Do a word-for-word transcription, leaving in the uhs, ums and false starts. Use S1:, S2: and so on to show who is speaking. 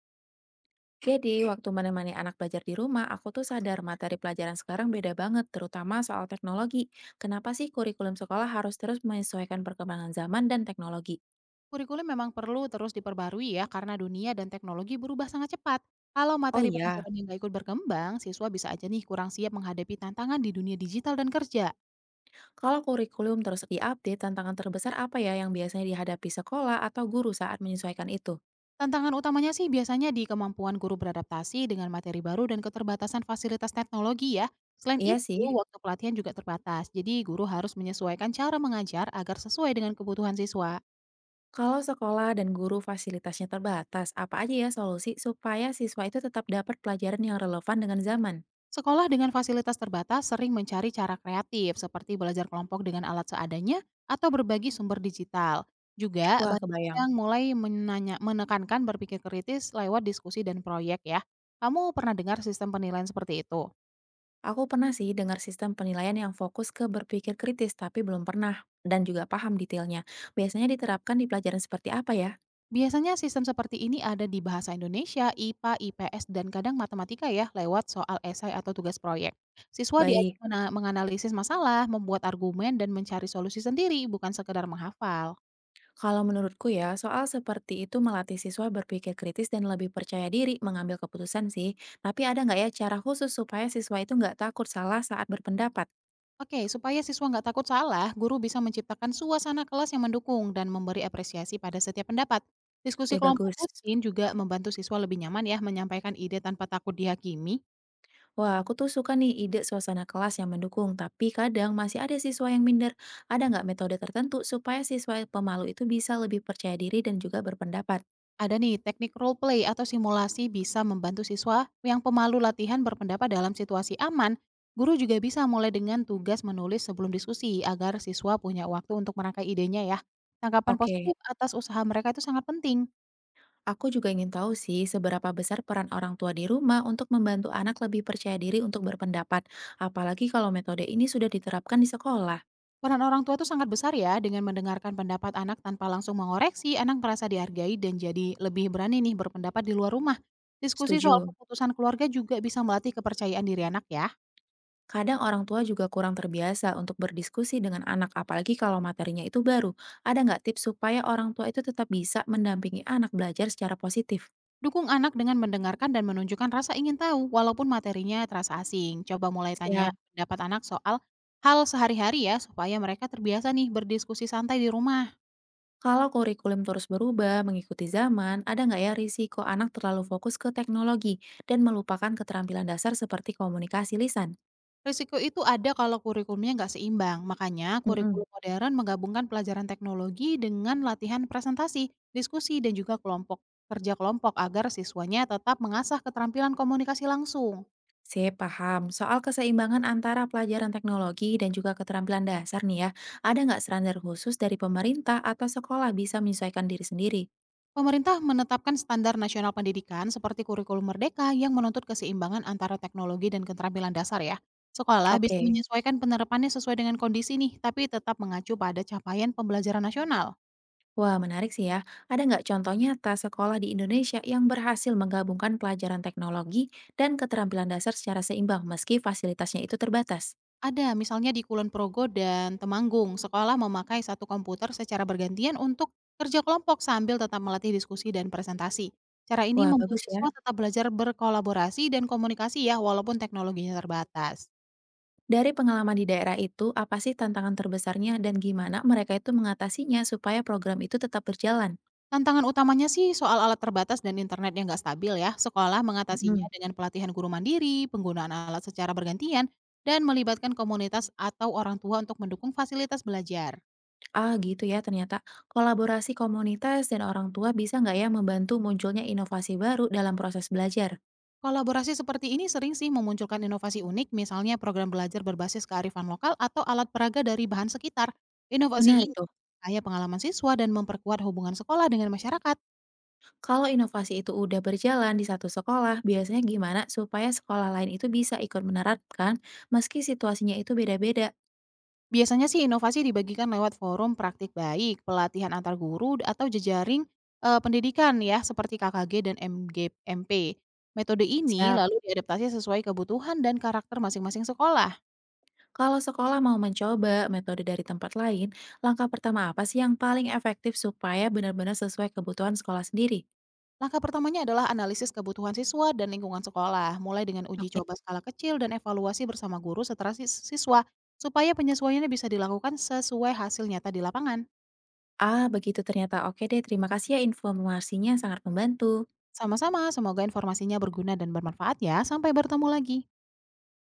S1: Jadi, waktu menemani anak belajar di rumah, aku tuh sadar materi pelajaran sekarang beda banget, terutama soal teknologi. Kenapa sih kurikulum sekolah harus terus menyesuaikan perkembangan zaman dan teknologi?
S2: Kurikulum memang perlu terus diperbarui ya karena dunia dan teknologi berubah sangat cepat. Kalau
S1: Oh
S2: materi
S1: iya,
S2: pelajaran yang nggak ikut berkembang, siswa bisa aja nih kurang siap menghadapi tantangan di dunia digital dan kerja.
S1: kalau kurikulum terus diupdate, tantangan terbesar apa ya yang biasanya dihadapi sekolah atau guru saat menyesuaikan itu?
S2: Tantangan utamanya sih biasanya di kemampuan guru beradaptasi dengan materi baru dan keterbatasan fasilitas teknologi ya. Selain
S1: Iya
S2: itu,
S1: sih,
S2: waktu pelatihan juga terbatas, jadi guru harus menyesuaikan cara mengajar agar sesuai dengan kebutuhan siswa.
S1: kalau sekolah dan guru fasilitasnya terbatas, apa aja ya solusi supaya siswa itu tetap dapat pelajaran yang relevan dengan zaman?
S2: Sekolah dengan fasilitas terbatas sering mencari cara kreatif seperti belajar kelompok dengan alat seadanya atau berbagi sumber digital. Juga
S1: Wah,
S2: banyak
S1: kebayang.
S2: yang mulai menanya, menekankan berpikir kritis lewat diskusi dan proyek ya. Kamu pernah dengar sistem penilaian seperti itu?
S1: Aku pernah sih dengar sistem penilaian yang fokus ke berpikir kritis, tapi belum pernah dan juga paham detailnya. Biasanya diterapkan di pelajaran seperti apa ya?
S2: Biasanya sistem seperti ini ada di bahasa Indonesia, I P A, I P S, dan kadang matematika ya lewat soal esai atau tugas proyek. Siswa diajak
S1: Baik,
S2: mena- menganalisis masalah, membuat argumen, dan mencari solusi sendiri, bukan sekedar menghafal.
S1: kalau menurutku ya, soal seperti itu melatih siswa berpikir kritis dan lebih percaya diri mengambil keputusan sih. Tapi ada nggak ya cara khusus supaya siswa itu nggak takut salah saat berpendapat?
S2: Oke, supaya siswa nggak takut salah, guru bisa menciptakan suasana kelas yang mendukung dan memberi apresiasi pada setiap pendapat. Diskusi
S1: Ide
S2: kelompok
S1: bagus.
S2: rutin juga membantu siswa lebih nyaman ya menyampaikan ide tanpa takut dihakimi.
S1: Wah, aku tuh suka nih ide suasana kelas yang mendukung, tapi kadang masih ada siswa yang minder. Ada nggak metode tertentu supaya siswa pemalu itu bisa lebih percaya diri dan juga berpendapat?
S2: Ada nih, teknik role play atau simulasi bisa membantu siswa yang pemalu latihan berpendapat dalam situasi aman. Guru juga bisa mulai dengan tugas menulis sebelum diskusi agar siswa punya waktu untuk merangkai idenya ya. Tanggapan
S1: Oke,
S2: positif atas usaha mereka itu sangat penting.
S1: aku juga ingin tahu sih seberapa besar peran orang tua di rumah untuk membantu anak lebih percaya diri untuk berpendapat, apalagi kalau metode ini sudah diterapkan di sekolah.
S2: Peran orang tua itu sangat besar ya, dengan mendengarkan pendapat anak tanpa langsung mengoreksi, anak merasa dihargai dan jadi lebih berani nih berpendapat di luar rumah. Diskusi soal
S1: Setuju.
S2: keputusan keluarga juga bisa melatih kepercayaan diri anak ya.
S1: Kadang orang tua juga kurang terbiasa untuk berdiskusi dengan anak, apalagi kalau materinya itu baru. Ada nggak tips supaya orang tua itu tetap bisa mendampingi anak belajar secara positif?
S2: Dukung anak dengan mendengarkan dan menunjukkan rasa ingin tahu, walaupun materinya terasa asing. Coba mulai tanya
S1: Siap.
S2: pendapat anak soal hal sehari-hari ya, supaya mereka terbiasa nih berdiskusi santai di rumah.
S1: Kalau kurikulum terus berubah, mengikuti zaman, ada nggak ya risiko anak terlalu fokus ke teknologi dan melupakan keterampilan dasar seperti komunikasi lisan?
S2: Risiko itu ada kalau kurikulumnya nggak seimbang. Makanya
S1: Mhm.
S2: kurikulum modern menggabungkan pelajaran teknologi dengan latihan presentasi, diskusi, dan juga kelompok kerja kelompok agar siswanya tetap mengasah keterampilan komunikasi langsung.
S1: Sip, paham. Soal keseimbangan antara pelajaran teknologi dan juga keterampilan dasar nih ya, ada nggak standar khusus dari pemerintah atau sekolah bisa menyesuaikan diri sendiri?
S2: Pemerintah menetapkan standar nasional pendidikan seperti kurikulum merdeka yang menuntut keseimbangan antara teknologi dan keterampilan dasar ya. Sekolah bisa
S1: Oke.
S2: menyesuaikan penerapannya sesuai dengan kondisi nih, tapi tetap mengacu pada capaian pembelajaran nasional.
S1: Wah, menarik sih ya. Ada nggak contoh nyata sekolah di Indonesia yang berhasil menggabungkan pelajaran teknologi dan keterampilan dasar secara seimbang meski fasilitasnya itu terbatas?
S2: Ada, misalnya di Kulon Progo dan Temanggung, sekolah memakai satu komputer secara bergantian untuk kerja kelompok sambil tetap melatih diskusi dan presentasi. Cara ini
S1: Wah,
S2: membuat
S1: bagus ya.
S2: siswa tetap belajar berkolaborasi dan komunikasi ya, walaupun teknologinya terbatas.
S1: Dari pengalaman di daerah itu, apa sih tantangan terbesarnya dan gimana mereka itu mengatasinya supaya program itu tetap berjalan?
S2: Tantangan utamanya sih soal alat terbatas dan internet yang nggak stabil ya. Sekolah mengatasinya
S1: Mhm.
S2: dengan pelatihan guru mandiri, penggunaan alat secara bergantian, dan melibatkan komunitas atau orang tua untuk mendukung fasilitas belajar.
S1: Ah, gitu ya ternyata. Kolaborasi komunitas dan orang tua bisa nggak ya membantu munculnya inovasi baru dalam proses belajar?
S2: Kolaborasi seperti ini sering sih memunculkan inovasi unik, misalnya program belajar berbasis kearifan lokal atau alat peraga dari bahan sekitar. Inovasi
S1: Menarik
S2: ini
S1: tuh.
S2: kaya pengalaman siswa dan memperkuat hubungan sekolah dengan masyarakat.
S1: Kalau inovasi itu udah berjalan di satu sekolah, biasanya gimana supaya sekolah lain itu bisa ikut menerapkan meski situasinya itu beda-beda?
S2: Biasanya sih inovasi dibagikan lewat forum praktik baik, pelatihan antar guru, atau jejaring eh, pendidikan ya, seperti K K G dan M G, M P. Metode ini
S1: Siap.
S2: lalu diadaptasi sesuai kebutuhan dan karakter masing-masing sekolah.
S1: Kalau sekolah mau mencoba metode dari tempat lain, langkah pertama apa sih yang paling efektif supaya benar-benar sesuai kebutuhan sekolah sendiri?
S2: Langkah pertamanya adalah analisis kebutuhan siswa dan lingkungan sekolah, mulai dengan uji
S1: Oke.
S2: coba skala kecil dan evaluasi bersama guru setelah sis- siswa, supaya penyesuaiannya bisa dilakukan sesuai hasil nyata di lapangan.
S1: Ah, begitu ternyata. Oke deh, terima kasih ya informasinya sangat membantu.
S2: Sama-sama, semoga informasinya berguna dan bermanfaat ya. Sampai bertemu lagi.